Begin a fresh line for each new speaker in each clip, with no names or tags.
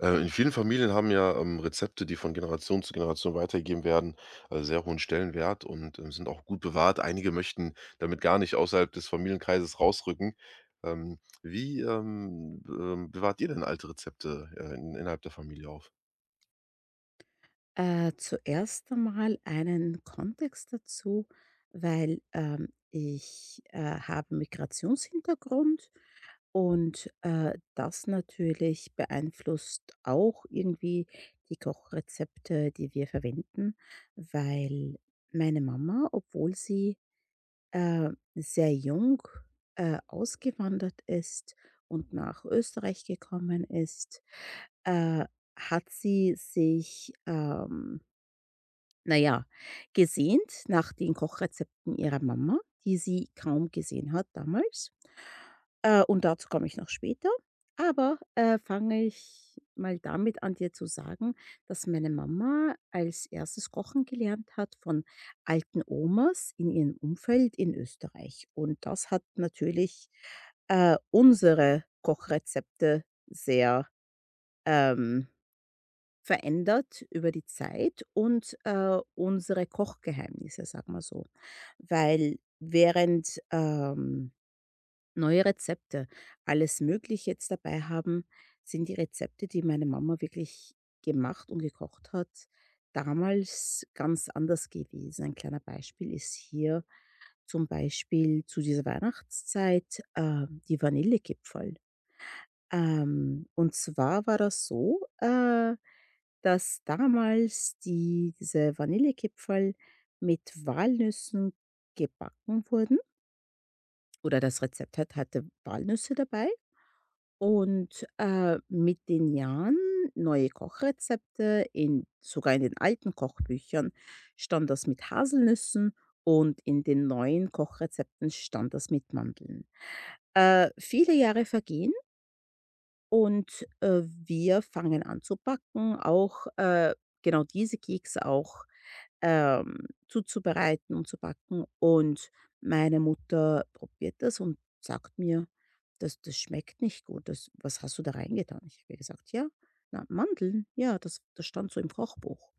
In vielen Familien haben Rezepte, die von Generation zu Generation weitergegeben werden, sehr hohen Stellenwert und, sind auch gut bewahrt. Einige möchten damit gar nicht außerhalb des Familienkreises rausrücken. Wie bewahrt ihr denn alte Rezepte, in innerhalb der Familie auf?
Zuerst einmal einen Kontext dazu, weil ich habe Migrationshintergrund und das natürlich beeinflusst auch irgendwie die Kochrezepte, die wir verwenden, weil meine Mama, obwohl sie sehr jung ausgewandert ist und nach Österreich gekommen ist, äh, hat sie sich, na ja, gesehnt nach den Kochrezepten ihrer Mama, die sie kaum gesehen hat damals. Und dazu komme ich noch später. Aber, fange ich mal damit an, dir zu sagen, dass meine Mama als erstes Kochen gelernt hat von alten Omas in ihrem Umfeld in Österreich. Und das hat natürlich, unsere Kochrezepte sehr, ähm verändert über die Zeit und, unsere Kochgeheimnisse, sag mal so. Weil während, neue Rezepte alles Mögliche jetzt dabei haben, sind die Rezepte, die meine Mama wirklich gemacht und gekocht hat, damals ganz anders gewesen. Ein kleiner Beispiel ist hier zum Beispiel zu dieser Weihnachtszeit, die Vanillekipferl. Und zwar war das so, dass damals diese Vanillekipferl mit Walnüssen gebacken wurden oder das Rezept hatte Walnüsse dabei. Und, mit den Jahren neue Kochrezepte in sogar in den alten Kochbüchern stand das mit Haselnüssen und in den neuen Kochrezepten stand das mit Mandeln. Viele Jahre vergehen und, wir fangen an zu backen, auch, genau diese Kekse auch, zuzubereiten und zu backen. Und meine Mutter probiert das und sagt mir: „Das schmeckt nicht gut. Das was hast du da reingetan?“ Ich habe ihr gesagt: „Ja, na, Mandeln. Ja, das stand so im Kochbuch.“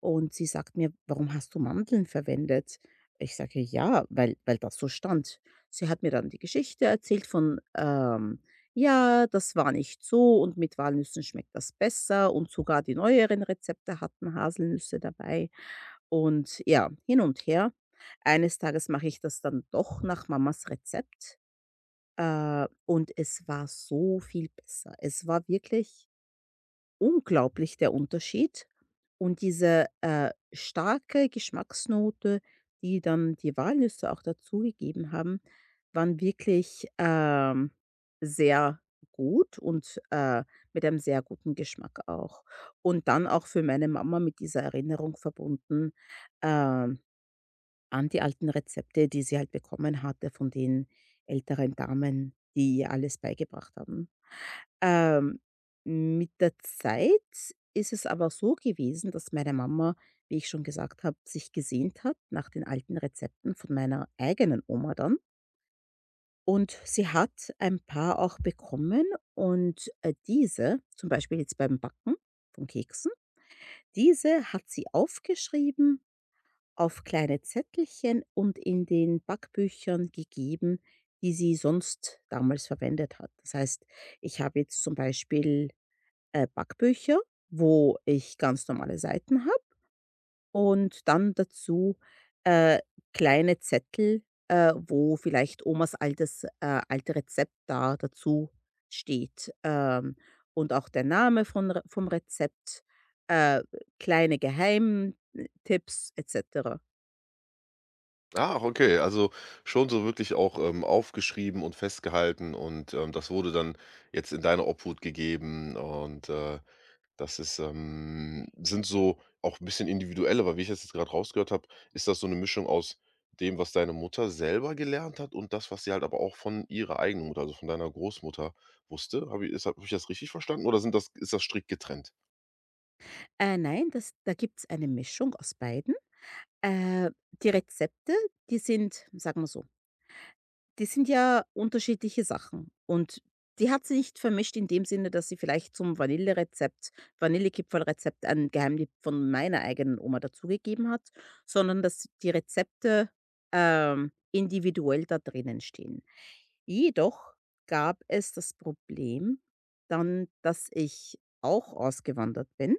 Und sie sagt mir: „Warum hast du Mandeln verwendet?“ Ich sage: „Ja, weil das so stand.“ Sie hat mir dann die Geschichte erzählt von, ja, das war nicht so und mit Walnüssen schmeckt das besser und sogar die neueren Rezepte hatten Haselnüsse dabei und ja, hin und her. Eines Tages mache ich das dann doch nach Mamas Rezept, und es war so viel besser. Es war wirklich unglaublich der Unterschied und diese, starke Geschmacksnote, die dann die Walnüsse auch dazugegeben haben, waren wirklich, sehr gut und, mit einem sehr guten Geschmack auch. Und dann auch für meine Mama mit dieser Erinnerung verbunden, ähm, an die alten Rezepte, die sie halt bekommen hatte von den älteren Damen, die ihr alles beigebracht haben. Ähm, mit der Zeit ist es aber so gewesen, dass meine Mama, wie ich schon gesagt habe, sich gesehnt hat nach den alten Rezepten von meiner eigenen Oma dann. Und sie hat ein paar auch bekommen und, diese zum Beispiel jetzt beim Backen von Keksen, diese hat sie aufgeschrieben auf kleine Zettelchen und in den Backbüchern gegeben, die sie sonst damals verwendet hat. Das heißt, ich habe jetzt zum Beispiel Backbücher, wo ich ganz normale Seiten habe und dann dazu, äh, kleine Zettel, wo vielleicht Omas alte Rezept da dazu steht, und auch der Name von Re vom Rezept, äh, kleine Geheimtipps et cetera.
Ach, okay, also schon so wirklich auch, aufgeschrieben und festgehalten und, das wurde dann jetzt in deine Obhut gegeben und, das ist, sind so auch ein bisschen individuell, aber wie ich das jetzt gerade rausgehört habe, ist das so eine Mischung aus dem, was deine Mutter selber gelernt hat und das, was sie halt aber auch von ihrer eigenen Mutter, also von deiner Großmutter wusste. Habe ich das richtig verstanden oder sind das ist das strikt getrennt?
Nein, das da gibt's eine Mischung aus beiden. Äh, Die Rezepte, die sind, sagen wir so. Die sind ja unterschiedliche Sachen und die hat sie nicht vermischt in dem Sinne, dass sie vielleicht zum Vanillerezept Vanillekipferlrezept einen Geheimtipp von meiner eigenen Oma dazugegeben hat, sondern dass die Rezepte, individuell da drinnen stehen. Jedoch gab es das Problem dann, dass ich auch ausgewandert bin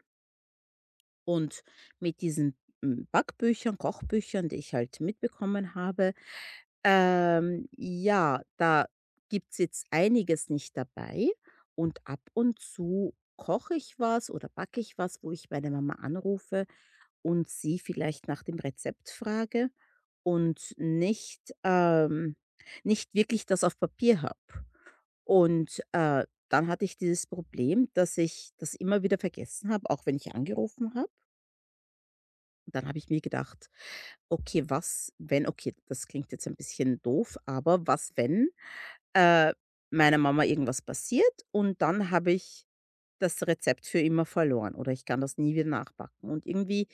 und mit diesen Backbüchern, Kochbüchern, die ich halt mitbekommen habe, ja, da gibt's jetzt einiges nicht dabei und ab und zu koche ich was oder backe ich was, wo ich meine Mama anrufe und sie vielleicht nach dem Rezept frage und nicht wirklich das auf Papier habe. Und, dann hatte ich dieses Problem, dass ich das immer wieder vergessen habe, auch wenn ich angerufen habe. Und dann habe ich mir gedacht: „Okay, was, wenn,“ okay, das klingt jetzt ein bisschen doof, aber was, wenn äh, meiner Mama irgendwas passiert und dann habe ich das Rezept für immer verloren oder ich kann das nie wieder nachbacken. Und irgendwie,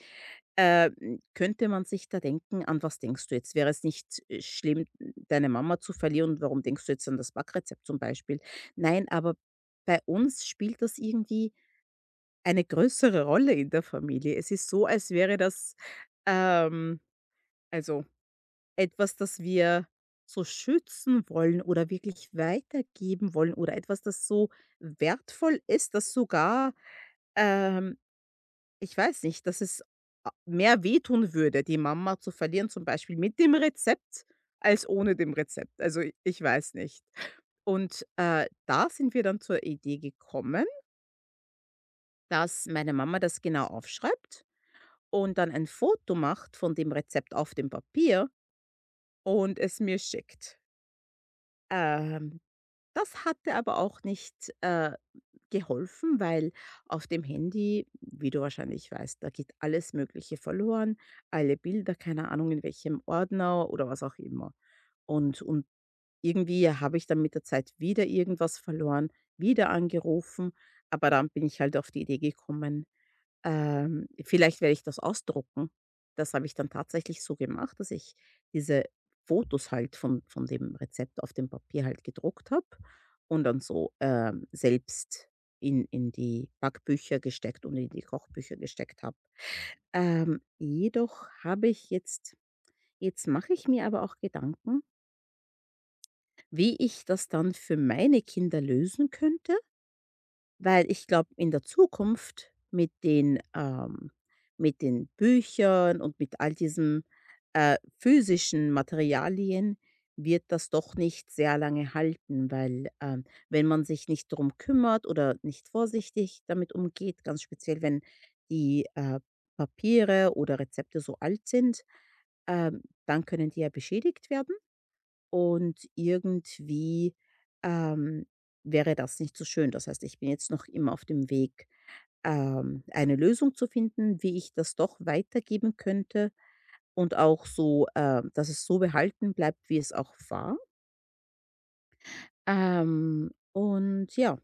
könnte man sich da denken: „An was denkst du jetzt? Wäre es nicht, schlimm, deine Mama zu verlieren und warum denkst du jetzt an das Backrezept zum Beispiel?“ Nein, aber bei uns spielt das irgendwie eine größere Rolle in der Familie. Es ist so, als wäre das, ähm also etwas, das wir so schützen wollen oder wirklich weitergeben wollen oder etwas, das so wertvoll ist, dass sogar, ähm, ich weiß nicht, dass es a mehr wehtun würde, die Mama zu verlieren, zum Beispiel mit dem Rezept, als ohne dem Rezept. Also, ich weiß nicht. Und, da sind wir dann zur Idee gekommen, dass meine Mama das genau aufschreibt und dann ein Foto macht von dem Rezept auf dem Papier und es mir schickt. Ähm Das hatte aber auch nicht, geholfen, weil auf dem Handy, wie du wahrscheinlich weißt, da geht alles Mögliche verloren, alle Bilder, keine Ahnung in welchem Ordner oder was auch immer. Und irgendwie habe ich dann mit der Zeit wieder irgendwas verloren, wieder angerufen, aber dann bin ich halt auf die Idee gekommen, vielleicht werde ich das ausdrucken. Das habe ich dann tatsächlich so gemacht, dass ich diese Fotos halt von dem Rezept auf dem Papier halt gedruckt habe und dann so, selbst in die Backbücher gesteckt und in die Kochbücher gesteckt habe. Jedoch habe ich jetzt jetzt mache ich mir aber auch Gedanken, wie ich das dann für meine Kinder lösen könnte. Weil ich glaube, in der Zukunft mit den Büchern und mit all diesen, physischen Materialien wird das doch nicht sehr lange halten, weil, wenn man sich nicht darum kümmert oder nicht vorsichtig damit umgeht, ganz speziell, wenn die, Papiere oder Rezepte so alt sind, dann können die ja beschädigt werden. Und irgendwie, ähm, wäre das nicht so schön. Das heißt, ich bin jetzt noch immer auf dem Weg, eine Lösung zu finden, wie ich das doch weitergeben könnte und auch so, dass es so behalten bleibt, wie es auch war. Ähm, und ja,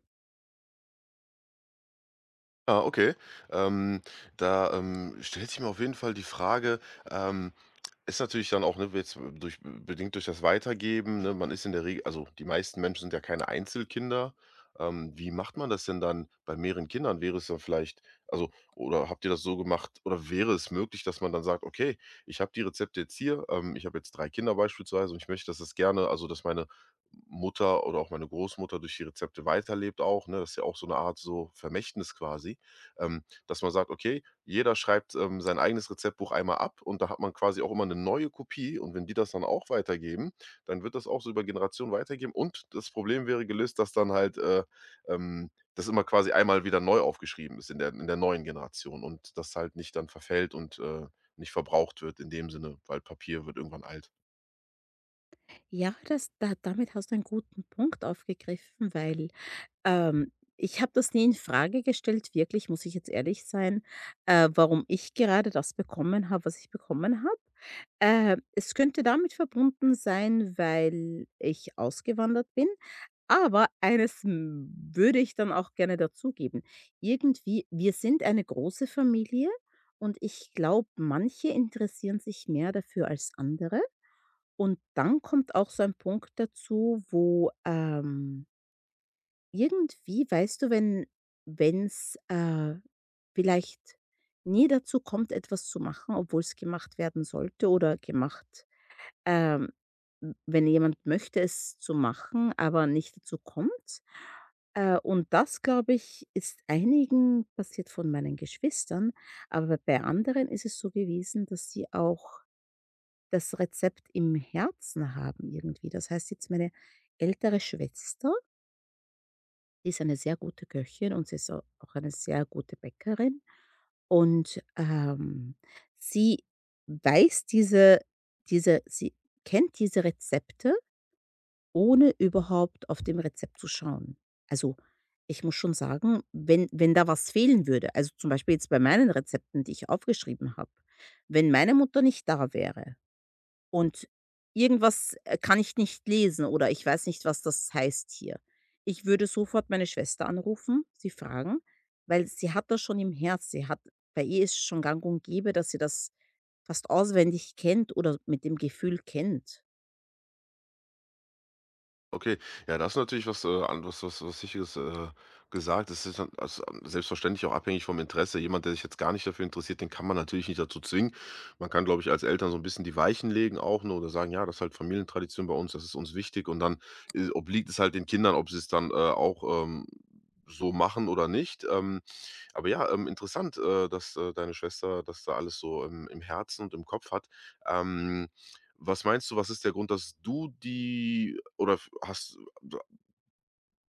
Ah, okay. Ähm, Da, stellt sich mir auf jeden Fall die Frage, ähm ist natürlich dann auch, ne, jetzt durch bedingt durch das Weitergeben, ne? Man ist in der Regel, also, die meisten Menschen sind ja keine Einzelkinder. Wie macht man das denn dann bei mehreren Kindern? Wäre es dann vielleicht, also, oder habt ihr das so gemacht oder wäre es möglich, dass man dann sagt: „Okay, ich habe die Rezepte jetzt hier. Ich habe jetzt 3 Kinder beispielsweise und ich möchte, dass das gerne, also, dass meine Mutter oder auch meine Großmutter durch die Rezepte weiterlebt auch“, ne? Das ist ja auch so eine Art so Vermächtnis quasi, dass man sagt: „Okay, jeder schreibt, sein eigenes Rezeptbuch einmal ab und da hat man quasi auch immer eine neue Kopie und wenn die das dann auch weitergeben, dann wird das auch so über Generationen weitergeben und das Problem wäre gelöst, dass dann halt, das immer quasi einmal wieder neu aufgeschrieben ist in der neuen Generation und das halt nicht dann verfällt und, nicht verbraucht wird in dem Sinne, weil Papier wird irgendwann alt.
ja, das da damit hast du einen guten Punkt aufgegriffen, weil Ähm, ich habe das nie in Frage gestellt, wirklich, muss ich jetzt ehrlich sein, warum ich gerade das bekommen habe, was ich bekommen habe. Es könnte damit verbunden sein, weil ich ausgewandert bin. Aber eines würde ich dann auch gerne dazugeben. Irgendwie, wir sind eine große Familie und ich glaube, manche interessieren sich mehr dafür als andere. Und dann kommt auch so ein Punkt dazu, wo irgendwie, weißt du, wenn wenn's, vielleicht nie dazu kommt, etwas zu machen, obwohl es gemacht werden sollte oder gemacht, ähm, w wenn jemand möchte, es zu machen, aber nicht dazu kommt. Und das, glaube ich, ist einigen passiert von meinen Geschwistern, aber bei anderen ist es so gewesen, dass sie auch das Rezept im Herzen haben irgendwie. Das heißt jetzt meine ältere Schwester, die ist eine sehr gute Köchin und sie ist au auch eine sehr gute Bäckerin. Und, sie weiß diese diese sie kennt diese Rezepte, ohne überhaupt auf dem Rezept zu schauen. Also, ich muss schon sagen, wenn da was fehlen würde, also, zum Beispiel jetzt bei meinen Rezepten, die ich aufgeschrieben habe, wenn meine Mutter nicht da wäre und irgendwas, kann ich nicht lesen oder ich weiß nicht, was das heißt hier. Ich würde sofort meine Schwester anrufen, sie fragen, weil sie hat das schon im Herz. Sie hat Bei ihr ist schon gang und gäbe, dass sie das fast auswendig kennt oder mit dem Gefühl kennt.
Okay, ja, das ist natürlich was, an was sicheres gesagt. Das ist dann, also, selbstverständlich auch abhängig vom Interesse. Jemand, der sich jetzt gar nicht dafür interessiert, den kann man natürlich nicht dazu zwingen. Man kann, glaube ich, als Eltern so ein bisschen die Weichen legen auch, ne, oder sagen: „Ja, das ist halt Familientradition bei uns, das ist uns wichtig.“ Und dann, obliegt es halt den Kindern, ob sie es dann, auch, so machen oder nicht. Aber ja, interessant, dass, deine Schwester das da alles so im Herzen und im Kopf hat. Ähm, Was meinst du, was ist der Grund, dass du die oder f hast äh,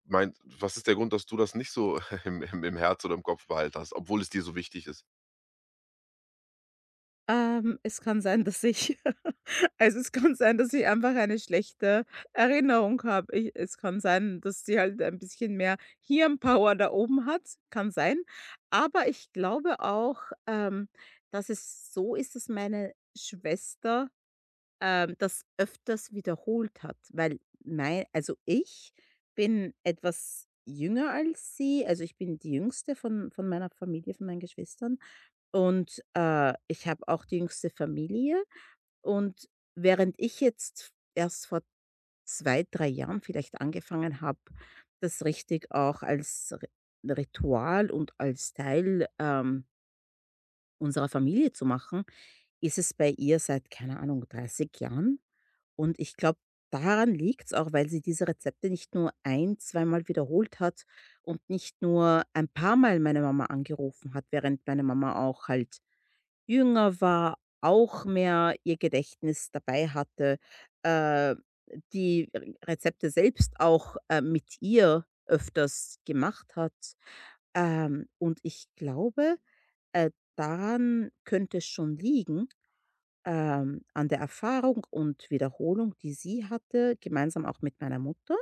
meint was ist der Grund, dass du das nicht so im Herz oder im Kopf behalten hast, obwohl es dir so wichtig ist?
Es kann sein, dass ich also, es kann sein, dass ich einfach eine schlechte Erinnerung habe. Ich Es kann sein, dass sie halt ein bisschen mehr Hirnpower da oben hat, kann sein. Aber ich glaube auch, dass es so ist, dass meine Schwester das öfters wiederholt hat, weil mei also ich bin etwas jünger als sie, also ich bin die Jüngste von meiner Familie, von meinen Geschwistern und, ich habe auch die jüngste Familie und während ich jetzt erst vor 2, 3 Jahren vielleicht angefangen habe, das richtig auch als Ri Ritual und als Teil, unserer Familie zu machen, ist es bei ihr seit, keine Ahnung, 30 Jahren? Und ich glaube, daran liegt's auch, weil sie diese Rezepte nicht nur ein zweimal wiederholt hat und nicht nur ein paar Mal meine Mama angerufen hat, während meine Mama auch halt jünger war, auch mehr ihr Gedächtnis dabei hatte, äh, die Rezepte selbst auch, mit ihr öfters gemacht hat. Und ich glaube, daran könnte es schon liegen, an der Erfahrung und Wiederholung, die sie hatte, gemeinsam auch mit meiner Mutter.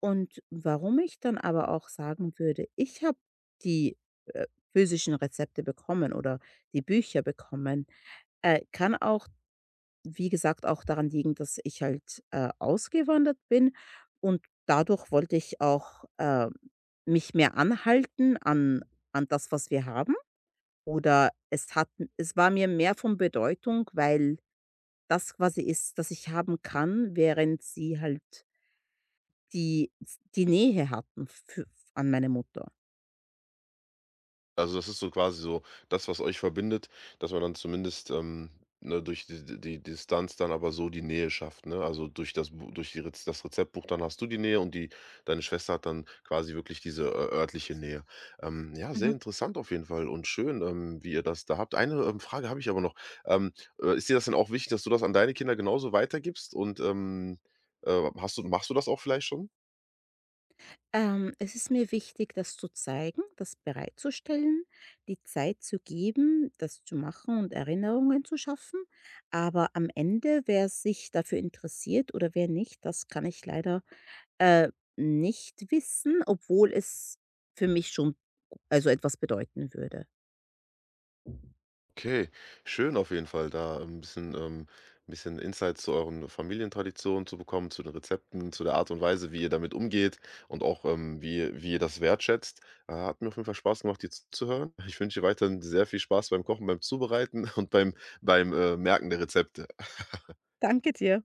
Und warum ich dann aber auch sagen würde, ich habe die äh, physischen Rezepte bekommen oder die Bücher bekommen, kann auch, wie gesagt, auch daran liegen, dass ich halt ausgewandert bin und dadurch wollte ich auch mich mehr anhalten an, an das, was wir haben. Oder es, hat, es war mir mehr von Bedeutung, weil das quasi ist, das ich haben kann, während sie halt die die Nähe hatten fü an meine Mutter.
Also, das ist so quasi so das, was euch verbindet, dass man dann zumindest, ne, durch die Distanz dann aber so die Nähe schafft, ne? Also, durch das Bu durch die Rezeptbuch, dann hast du die Nähe und die deine Schwester hat dann quasi wirklich diese ö örtliche Nähe. Ja, sehr
Mhm.
interessant auf jeden Fall und schön, wie ihr das da habt. Eine, Frage habe ich aber noch. Ähm, Ist dir das denn auch wichtig, dass du das an deine Kinder genauso weitergibst und, hast du machst du das auch vielleicht schon?
Es ist mir wichtig, das zu zeigen, das bereitzustellen, die Zeit zu geben, das zu machen und Erinnerungen zu schaffen. Aber am Ende, wer sich dafür interessiert oder wer nicht, das kann ich leider, äh, nicht wissen, obwohl es für mich schon also etwas bedeuten würde.
Okay, schön auf jeden Fall, da ein bisschen Insights zu euren Familientraditionen zu bekommen, zu den Rezepten, zu der Art und Weise, wie ihr damit umgeht und auch, wie ihr das wertschätzt. Hat mir auf jeden Fall Spaß gemacht, dir zuzuhören. Ich wünsche dir weiterhin sehr viel Spaß beim Kochen, beim Zubereiten und beim, Merken der Rezepte.
Danke dir.